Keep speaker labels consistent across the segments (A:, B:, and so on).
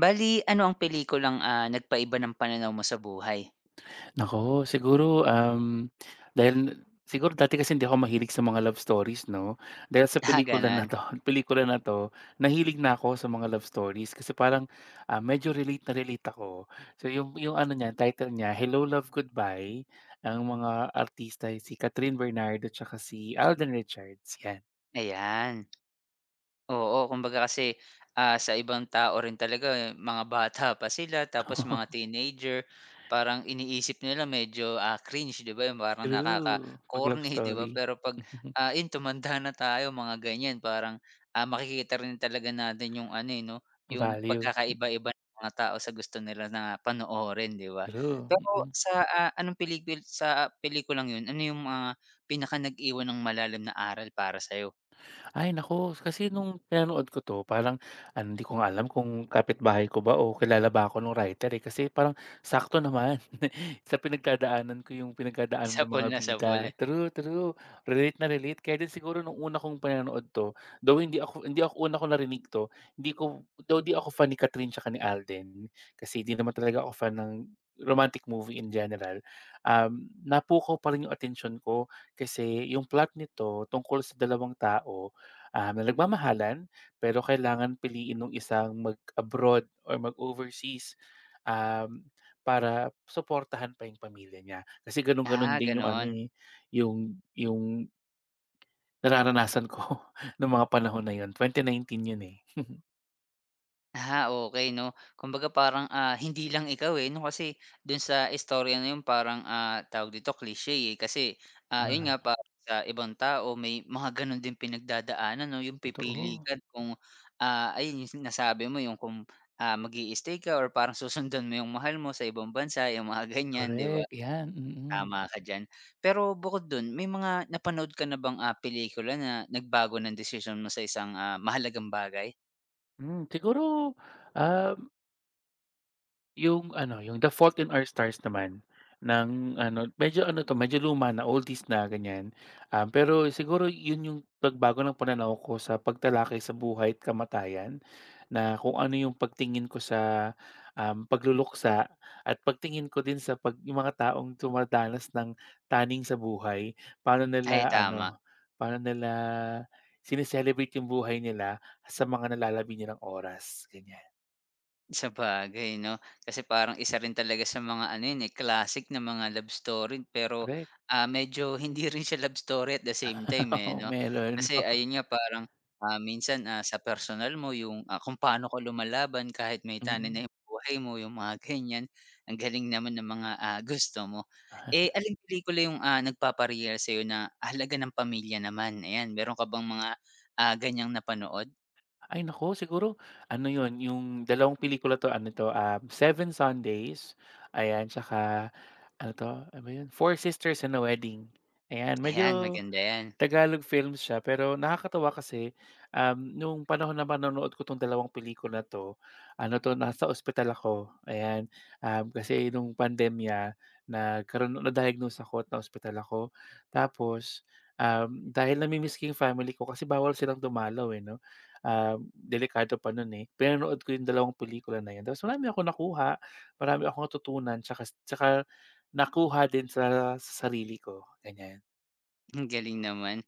A: Bali ano ang pelikulang nagpaiba ng pananaw mo sa buhay?
B: Nako siguro, dahil siguro dati kasi hindi ako mahilig sa mga love stories, 'no, dahil sa
A: Ah,
B: pelikula na
A: gano'n?
B: 'to pelikula na 'to, nahilig na ako sa mga love stories kasi parang, medyo relate na relate ako. So yung ano niya, title niya, Hello, Love, Goodbye. Ang mga artista ay si Kathryn Bernardo at tsaka si Alden Richards, 'yan.
A: Ayan. Oo, kumbaga kasi, sa ibang tao rin talaga eh, mga bata pa sila tapos mga teenager, parang iniisip nila medyo cringe 'di ba, yung parang
B: True, 'pag love
A: nakaka-corny 'di ba?
B: story.
A: Pero 'pag, yun tumanda na tayo mga ganyan parang, makikita rin talaga natin yung ano, eh, 'no, yung
B: Value,
A: pagkakaiba-iba ng mga tao sa gusto nila na panoorin 'di ba?
B: true,
A: Pero
B: mm.
A: sa, anong sa pelikulang yun, ano yung mga pinaka nag-iwan ng malalim na aral para sa'yo?
B: Ay nako, kasi nung pinanood ko 'to parang ano, hindi ko nga alam kung kapitbahay ko ba o kilala ba ako nung writer, eh, kasi parang sakto naman sa pinagdadaanan ko yung pinagdadaanan ng
A: Sapol
B: mga
A: na
B: bida.
A: sapol.
B: True, true, relate na relate. Kaya din siguro nung una kong pinanood 'to, though hindi ako una ko narinig 'to, hindi ko though 'di ako fan ni Kathryn tsaka ni Alden, kasi 'di naman talaga ako fan ng romantic movie in general, napukaw pa rin yung attention ko kasi yung plot nito tungkol sa dalawang tao na nagmamahalan pero kailangan piliin ng isang mag-abroad or mag-overseas, um, para suportahan pa yung pamilya niya. Kasi gano'n-gano'n
A: Ah,
B: din yung ano,
A: gano'n.
B: eh, yung nararanasan ko nung mga panahon na yun, 2019 yun, eh.
A: Ah, okay 'no. Kumbaga parang, hindi lang ikaw, eh, 'no, kasi do'n sa istorya na 'yon parang, tawag dito, cliche, eh, kasi, 'yon
B: Ah,
A: nga parang sa ibang tao may mga gano'n din pinagdadaanan 'no, yung pipili
B: totoo,
A: ka kung, ayun yung nasabi mo yung kung, mag-i-stay ka or parang susundan mo yung mahal mo sa ibang bansa, yung mga ganyan, 'di ba?
B: correct, 'yan, mm.
A: Tama ka diyan. Pero bukod dun may mga napanood ka na bang, pelikula na nagbago ng decision mo sa isang, mahalagang bagay?
B: Hmm, siguro, um Yung ano, yung The Fault in Our Stars naman ng ano, medyo ano 'to, medyo luma na, oldies na ganyan. Pero siguro yun yung pagbago ng pananaw ko sa pagtalakay sa buhay at kamatayan na kung ano yung pagtingin ko sa, pagluluksa at pagtingin ko din sa 'pag yung mga taong dumadanas ng taning sa buhay, paano
A: Ay,
B: nila
A: tama.
B: ano, paano nila sine yung buhay nila sa mga nalalabi nilang oras, ganyan.
A: Sabagay 'no, kasi parang isa rin talaga sa mga ano yun, eh, classic na mga love story pero,
B: Correct.
A: medyo hindi rin siya love story at the same time, eh,
B: Oo,
A: 'no.
B: meron.
A: Kasi ayun nga parang, minsan, sa personal mo yung, kung paano ka lumalaban kahit may tanin
B: Mm.
A: na yung buhay mo, yung mga ganyan. Ang galing naman ng mga, gusto mo. Eh, aling pelikula yung, nagpapareal sa'yo na halaga ng pamilya naman? Ayan, meron ka bang mga, ganyang napanood?
B: Ay nako siguro ano yon yung dalawang pelikula 'to, ano 'to, Seven Sundays, ayan, tsaka ano 'to, ano ba 'yun, Four Sisters and a Wedding, ayan.
A: Ayan,
B: Medyo
A: maganda yan.
B: Tagalog films siya pero nakakatuwa kasi, nung panahon na panonood ko 'tong dalawang pelikula 'to, ano 'to nasa ospital ako, ayan, kasi nung pandemya nagkaroon na-diagnose ako at na-ospital ako. Tapos, dahil nami-miss ko yung family ko kasi bawal silang dumalaw, eh, 'no, delikado pa nun, eh. Pinanood ko yung dalawang pelikula na yun tapos marami akong nakuha, marami akong natutunan tsaka tsaka nakuha din sa sarili ko, ganyan.
A: Ang galing naman.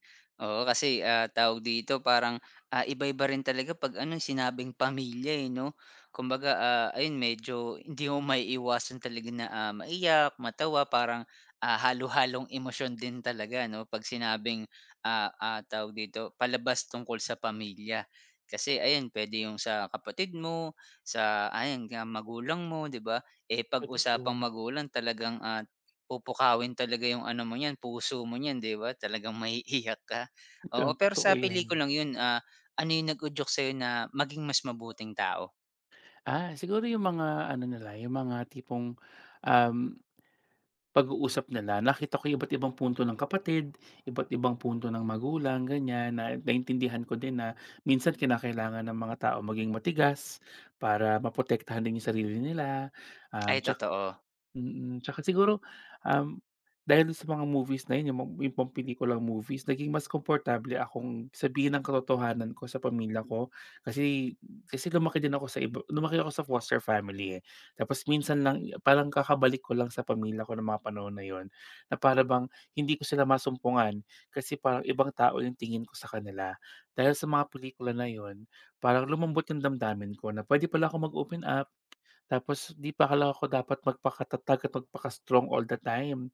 A: Oo, kasi, tawag dito, parang, iba-iba rin talaga 'pag ano, sinabing pamilya, eh, 'no? Kumbaga, ayun medyo hindi mo maiiwasan talaga na, maiyak, matawa, parang, halo-halong emosyon din talaga 'no 'pag sinabing, tawag dito, palabas tungkol sa pamilya. Kasi ayan, pwede yung sa kapatid mo, sa ayan, magulang mo, 'di ba? Eh, 'pag usapang
B: Totoo.
A: magulang talagang, pupukawin talaga yung ano mo niyan, puso mo niyan, 'di ba? Talagang maiiyak ka.
B: Totoo,
A: Oo, pero
B: totoo
A: sa
B: 'yan.
A: pelikulang yun, ano yung nag-udyok sa'yo na maging mas mabuting tao?
B: Ah, siguro yung mga ano nila, yung mga tipong, um, pag-uusap nila nakita ko yung iba't ibang punto ng kapatid, iba't ibang punto ng magulang ganyan na naintindihan ko din na minsan kinakailangan ng mga tao maging matigas para maprotektahan din yung sarili nila. um,
A: Ay totoo,
B: Mm, tsaka siguro, um, dahil sa mga movies na yun, yung mga yung pampelikulang movies, naging mas komportable akong sabihin ang katotohanan ko sa pamilya ko. Kasi kasi lumaki din ako sa iba lumaki ako sa foster family, eh. Tapos minsan lang parang kakabalik ko lang sa pamilya ko ng mga panahon na yun, na para bang hindi ko sila masumpungan kasi parang ibang tao yung tingin ko sa kanila. Dahil sa mga pelikula na yun, parang lumambot yung damdamin ko na pwede pala ako mag-open up. Tapos 'di pa akala ko dapat magpakatatag at magpaka-strong all the time.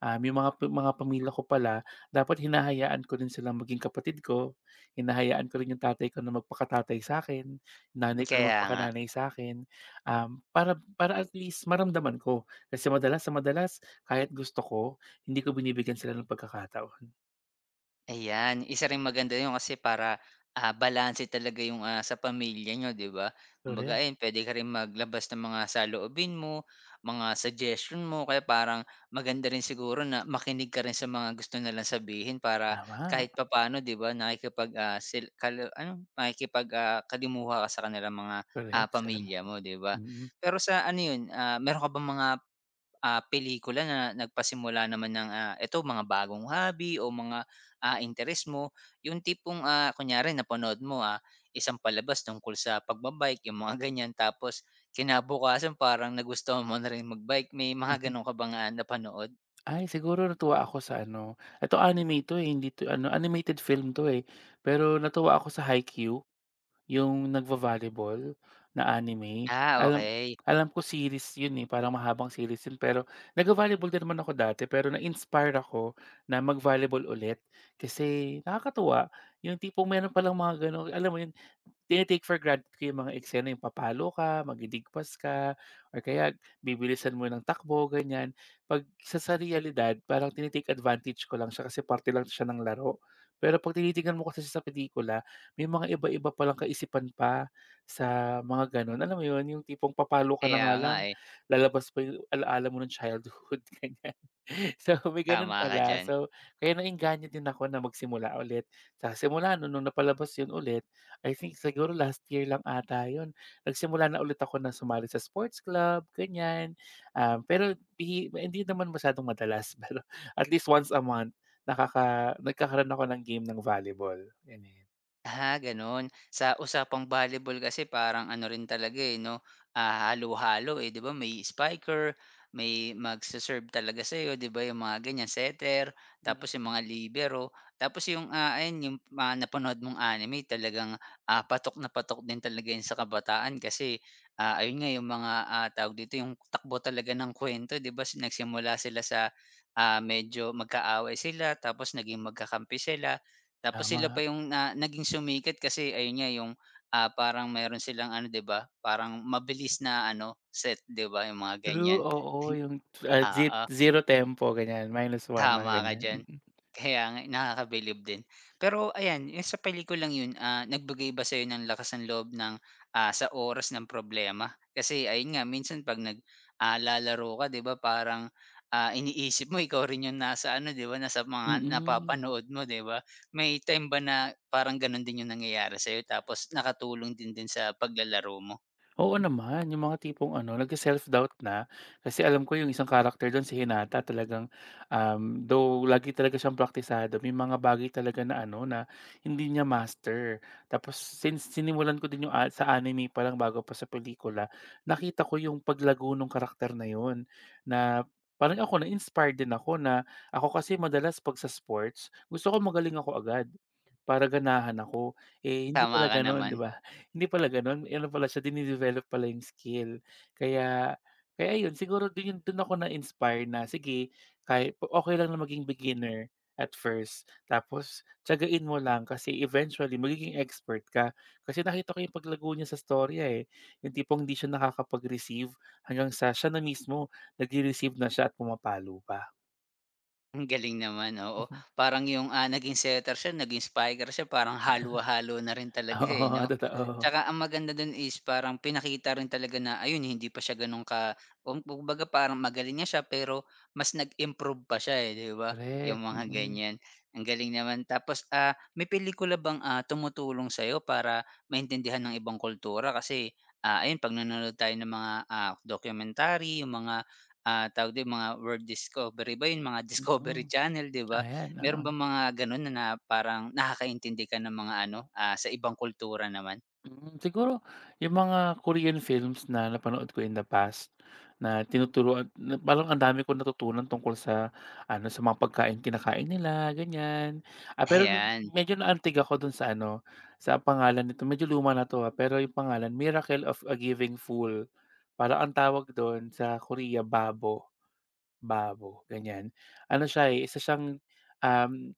B: Yung mga pa mga pamilya ko pala, dapat hinahayaan ko rin silang maging kapatid ko, hinahayaan ko rin yung tatay ko na magpakatatay sa akin, nanay ko na
A: kaya nga.
B: magpakananay sa akin, para para at least maramdaman ko. Kasi madalas sa madalas, kahit gusto ko, hindi ko binibigyan sila ng pagkakataon.
A: Ayan, isa ring maganda yun kasi para, balanse talaga yung, sa pamilya niyo, 'di ba? Kumbaga
B: Korek.
A: ayun, puwede ka rin maglabas ng mga saloobin mo, mga suggestion mo, kaya parang maganda rin siguro na makinig ka rin sa mga gusto nilang sabihin para
B: Tama,
A: kahit papaano, 'di ba, nakikipag, sil kalu ano, nakikipag, kalimuha ka sa kanilang mga,
B: korek, alam mo.
A: pamilya mo, 'di ba?
B: Mm.
A: Pero sa ano yun, meron ka bang mga, pelikula na nagpasimula naman ng, eto mga bagong hobby o mga interes mo, yung tipong, kunyari napanood mo, isang palabas tungkol sa pagbabike yung mga ganyan. Tapos kinabukasan parang nagustuhan mo na rin magbike. May mga
B: Mm.
A: gano'n ka bang, napanood?
B: Ay, siguro natuwa ako sa ano, eto anime 'to, eh, hindi 'to ano, animated film 'to, eh. Pero natuwa ako sa Haikyuu, yung nagvo-volleyball na anime.
A: Ah,
B: Alam
A: okay.
B: alam ko series yun, eh, parang mahabang series yun pero nagvo-volleyball din naman ako dati pero na-inspire ako na mag-volleyball ulit kasi nakakatuwa yung tipong meron palang mga gano'n, alam mo yun tine-take for granted ko yung mga eksena, yung papalo ka, magdidigpas ka, or kaya bibilisan mo ng takbo, ganyan. 'Pag sa realidad parang tine-take advantage ko lang siya kasi parte lang siya ng laro. Pero 'pag tinitignan mo kasi sa pelikula, may mga iba-iba palang kaisipan pa sa mga gano'n. Alam mo 'yun, yung tipong papalo ka na
A: Kaya
B: nga
A: nga,
B: lang,
A: eh.
B: lalabas pa yung ala mo ng childhood, ganyan. So, may gano'n
A: Tama ka
B: pala.
A: diyan.
B: So, kaya naengganyo din ako na magsimula ulit. Sa simula no'n nung napalabas 'yun ulit, I think siguro last year lang ata yun. Nagsimula na ulit ako na sumali sa sports club, ganyan. Pero bihi hindi naman masyadong madalas, pero at least once a month nagkakaroon ako ng game ng volleyball, ganyan.
A: Ah, gano'n. Sa usapang volleyball kasi parang ano rin talaga, eh, 'no, halo-halo, eh, 'di ba may spiker, may magse-serve talaga sa'yo, 'di ba, yung mga ganyan, setter,
B: Mm.
A: tapos yung mga libero. Tapos yung, ayan yung mga napanood mong anime talagang, patok na patok din talaga yun sa kabataan kasi, ayun nga yung mga, tawag dito, yung takbo talaga ng kuwento, 'di ba, nagsimula sila sa, medyo magkaaway sila tapos naging magkakampi sila. Tapos sila
B: Tama.
A: pa yung na naging sumikat kasi ayun nga yung, parang meron silang ano 'di ba, parang mabilis na ano, set 'di ba, yung mga
B: True,
A: ganyan.
B: oo, yung, ze
A: Oo.
B: zero tempo ganyan, -1 mga
A: Tama ka
B: ganyan,
A: diyan.
B: mm.
A: Kaya nga nakakabilib din. Pero ayan, yung sa pelikulang yun, nagbigay ba sa'yo ng lakas ng loob ng, sa oras ng problema? Kasi ayun nga minsan 'pag nag, lalaro ka 'di ba parang, iniisip mo ikaw rin yung nasa ano 'di ba, nasa mga
B: Mm.
A: napapanood mo 'di ba? May time ba na parang ganun din yung nangyayari sa'yo tapos nakatulong din din sa paglalaro mo?
B: Oo naman, yung mga tipong ano, nagse-self-doubt na. Kasi alam ko yung isang character dun si Hinata talagang, though lagi talaga siyang praktisado, may mga bagay talaga na ano, na hindi niya master. Tapos since sinimulan ko din yung sa anime pa lang bago pa sa pelikula, nakita ko yung paglago ng karakter na yun, na parang ako na-inspired din ako na ako kasi madalas 'pag sa sports, gusto ko magaling ako agad para ganahan ako. Eh, hindi
A: Tama
B: pala
A: ka
B: gano'n,
A: naman.
B: 'di ba? Hindi pala gano'n, ano pala siya, dine-develop pala yung skill. Kaya kaya ayun siguro dun ako na-inspire na sige, kahit okey lang na maging beginner at first, tapos tiyagain mo lang kasi eventually magiging expert ka. Kasi nakita ko yung paglago niya sa storya, eh, yung tipong hindi siya nakakapag-receive hanggang sa siya na mismo nagre-receive na siya at pumapalo pa.
A: Ang galing naman, oo. Parang yung, naging setter siya, naging spiker siya, parang halo-halo na rin talaga, eh,
B: Oo,
A: 'no?
B: totoo.
A: Tsaka ang maganda dun is parang pinakita rin talaga na ayun, hindi pa siya ganun ka kumbaga parang magaling na siya pero mas nag-improve pa siya, eh, 'di ba? Yung
B: Korek,
A: mga
B: mm,
A: ganyan. Ang galing naman. Tapos, may pelikula bang, tumutulong sa'yo para maintindihan ng ibang kultura? Kasi, ayun 'pag nanonood tayo ng mga, documentary, yung mga ah, tawag dun mga world discovery ba yun, mga Discovery
B: mm.
A: Channel, 'di ba?
B: Ayan, oo.
A: Meron ba mga gano'n na na parang nakakaintindi ka ng mga ano, sa ibang kultura naman?
B: Hmm, siguro yung mga Korean films na napanood ko in the past na tinuturuan na parang ang dami kong natutunan tungkol sa ano, sa mga pagkain kinakain nila, ganyan. Ah, pero
A: Ayan,
B: medyo naantig ako dun sa ano, sa pangalan nito, medyo luma na 'to, pero yung pangalan, Miracle of a Giving Fool. Parang ang tawag dun sa Korea, babo, babo, ganyan. Ano siya, eh, isa siyang, um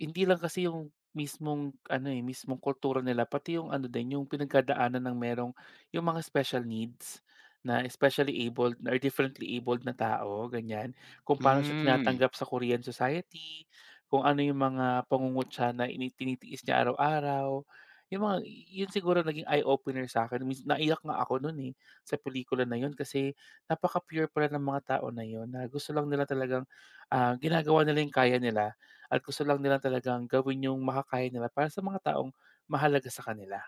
B: hindi lang kasi yung mismong ano, eh, mismong kultura nila pati yung ano din, yung pinagdadaanan ng merong yung mga special needs na especially abled or differently abled na tao, ganyan. Kung paano siya
A: hmm.
B: tinatanggap sa Korean society, kung ano yung mga pangungutya na tinitiis niya araw-araw. Yung mga yun siguro naging eye-opener sa akin, naiyak nga ako nun, eh, sa pelikula na yun kasi napaka-pure pala ng mga tao na yun na gusto lang nila talagang, ginagawa nila yung kaya nila at gusto lang nila talagang gawin yung makakaya nila para sa mga taong mahalaga sa kanila.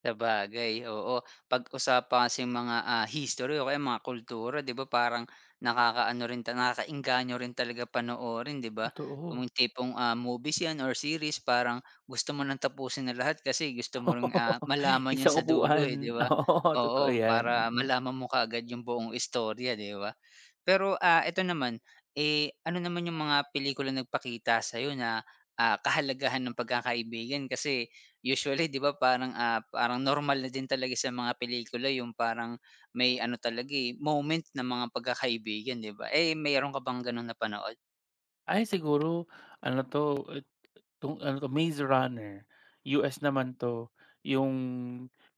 A: Sabagay, oo. Pag-usapan kasing mga, history o kaya mga kultura 'di ba parang nakakaano rin ta nakakaengganyo rin talaga panoorin 'di ba?
B: Totoo.
A: Kung yung tipong, movies 'yan or series parang gusto mo ng tapusin na lahat kasi gusto mo
B: Oo,
A: ring, malaman 'yun
B: isang
A: sa dulo, eh, 'di
B: upuan,
A: ba?
B: oo, totoo
A: Oo,
B: yan,
A: para
B: mm.
A: malaman mo kaagad yung buong istorya 'di ba? Pero, eto naman, eh, ano naman yung mga pelikulang nagpakita sa'yo na, kahalagahan ng pagkakaibigan? Kasi usually 'di ba parang, parang normal na din talaga sa mga pelikula yung parang may ano talaga, eh, moment ng mga pagkakaibigan 'di ba? Eh, meron ka bang gano'n napanood?
B: Ay siguro ano 'to, ano 'to, Maze Runner, US naman 'to, yung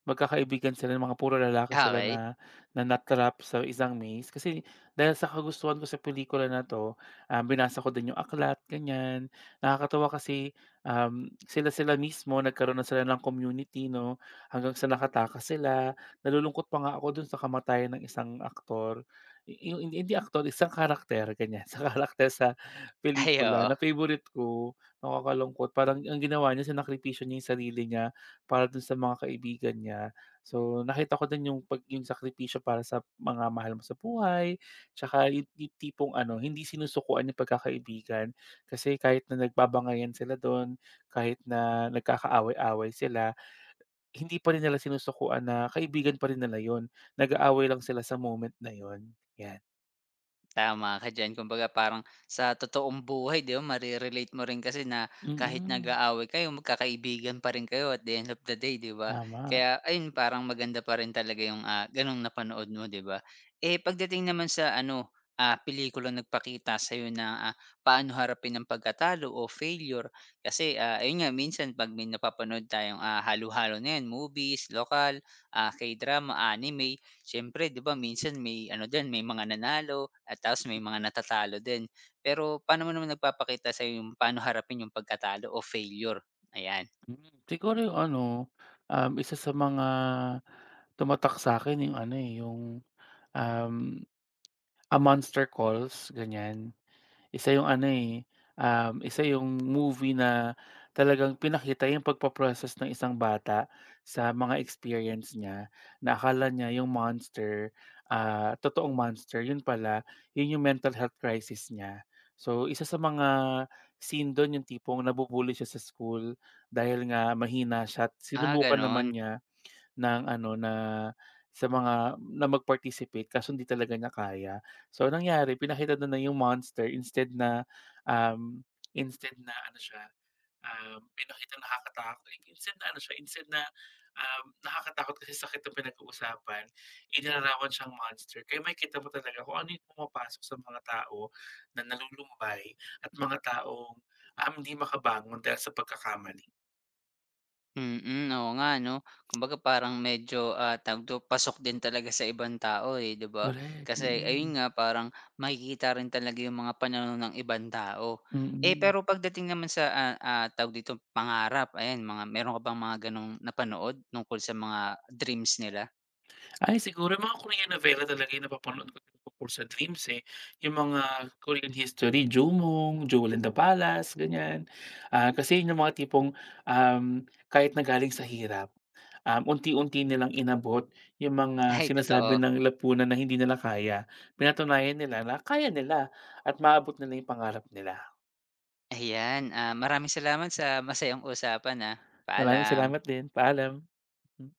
B: magkakaibigan sila mga puro lalaki sila
A: Okey.
B: na na na-trap sa isang maze. Kasi dahil sa kagustuhan ko sa pelikula na 'to, binasa ko din yung aklat, ganyan. Nakakatuwa kasi, sila-sila mismo nagkaroon na sila ng community, 'no, hanggang sa nakatakas sila. Nalulungkot pa nga ako dun sa kamatayan ng isang aktor, yung hindi aktor, isang karakter, ganyan, sa karakter sa
A: Ay,
B: pelikula
A: oo.
B: na favorite ko. Nakakalungkot parang ang ginawa niya sinakripisyo niya yung sarili niya para dun sa mga kaibigan niya. So, nakita ko din yung yung sakripisyo para sa mga mahal mo sa buhay, tsaka yung tipong ano, hindi sinusukuan yung pagkakaibigan. Kasi kahit na nagbabangayan sila dun, kahit na nagkakaaway-away sila, hindi pa rin nila sinusukuan na kaibigan pa rin nila yon. Nag-aaway lang sila sa moment na yon, yan.
A: Tama ka diyan. Kumbaga parang sa totoong buhay 'di ba mo rin kasi na kahit
B: Mm,
A: nag-aaway kayo magkakaibigan pa rin kayo at the end of the day 'di ba?
B: tama.
A: Kaya ayun parang maganda pa rin talaga yung, ganong napanood mo 'di ba? Eh, pagdating naman sa ano, pelikulang nagpakita sa'yo na, paano harapin ang pagkatalo o failure kasi, ayun nga minsan 'pag may napapanood tayong, halo-halo na yan movies, lokal, K-drama, anime, siyempre 'di ba minsan may ano din, may mga nanalo at tapos may mga natatalo din. Pero paano mo naman nagpapakita sa'yo yung paano harapin yung pagkatalo o failure? Ayan.
B: Hmm, siguro yung ano, isa sa mga tumatak sa'kin yung ano, eh, yung, um, A Monster Calls, ganyan. Isa yung ano, eh, isa yung movie na talagang pinakita yung pagpaprocess ng isang bata sa mga experience niya na akala niya yung monster, totoong monster yun pala, yun yung mental health crisis niya. So isa sa mga scene dun yung tipong nabubuli siya sa school dahil nga mahina siya at
A: Ah,
B: sinubukan naman
A: gano'n.
B: niya ng ano na sa mga na mag-participate kaso hindi talaga niya kaya. So ang nangyari pinakita na na yung monster instead na, um, instead na ano siya, pinakitang nakakatakot. Like, instead na ano siya, instead na, nakakatakot kasi sakit ang pinag-uusapan, inilarawan siyang monster. Kaya makikita mo talaga kung ano yung pumapasok sa mga tao na nalulumbay at mga taong, hindi makabangon dahil sa pagkakamali.
A: Mm, oo nga 'no. Kumbaga parang medyo, tawag dito, pasok din talaga sa ibang tao, eh, 'di ba?
B: Korek,
A: Kasi ayun
B: mm,
A: nga parang makikita rin talaga yung mga pananaw ng ibang tao. Eh,
B: mm.
A: pero pagdating naman sa, tawag dito, pangarap, ayan mga meron ka bang mga gano'ng napanood tungkol sa mga dreams nila?
B: Ay, siguro yung mga Korean novela talaga yung napapanood ko bukod sa Dreams, eh. Yung mga Korean history, Jumong, Jewel in the Palace, ganyan. Ah, kasi yun yung mga tipong, kahit na galing sa hirap, unti-unti nilang inabot yung mga
A: Ay totoo.
B: sinasabi ng lipunan na hindi nila kaya. Pinatunayan nila na kaya nila at maabot nila yung pangarap nila.
A: Ayan, maraming salamat sa masayang usapan, ah.
B: Maraming
A: Paalam.
B: salamat din, paalam. Hmm.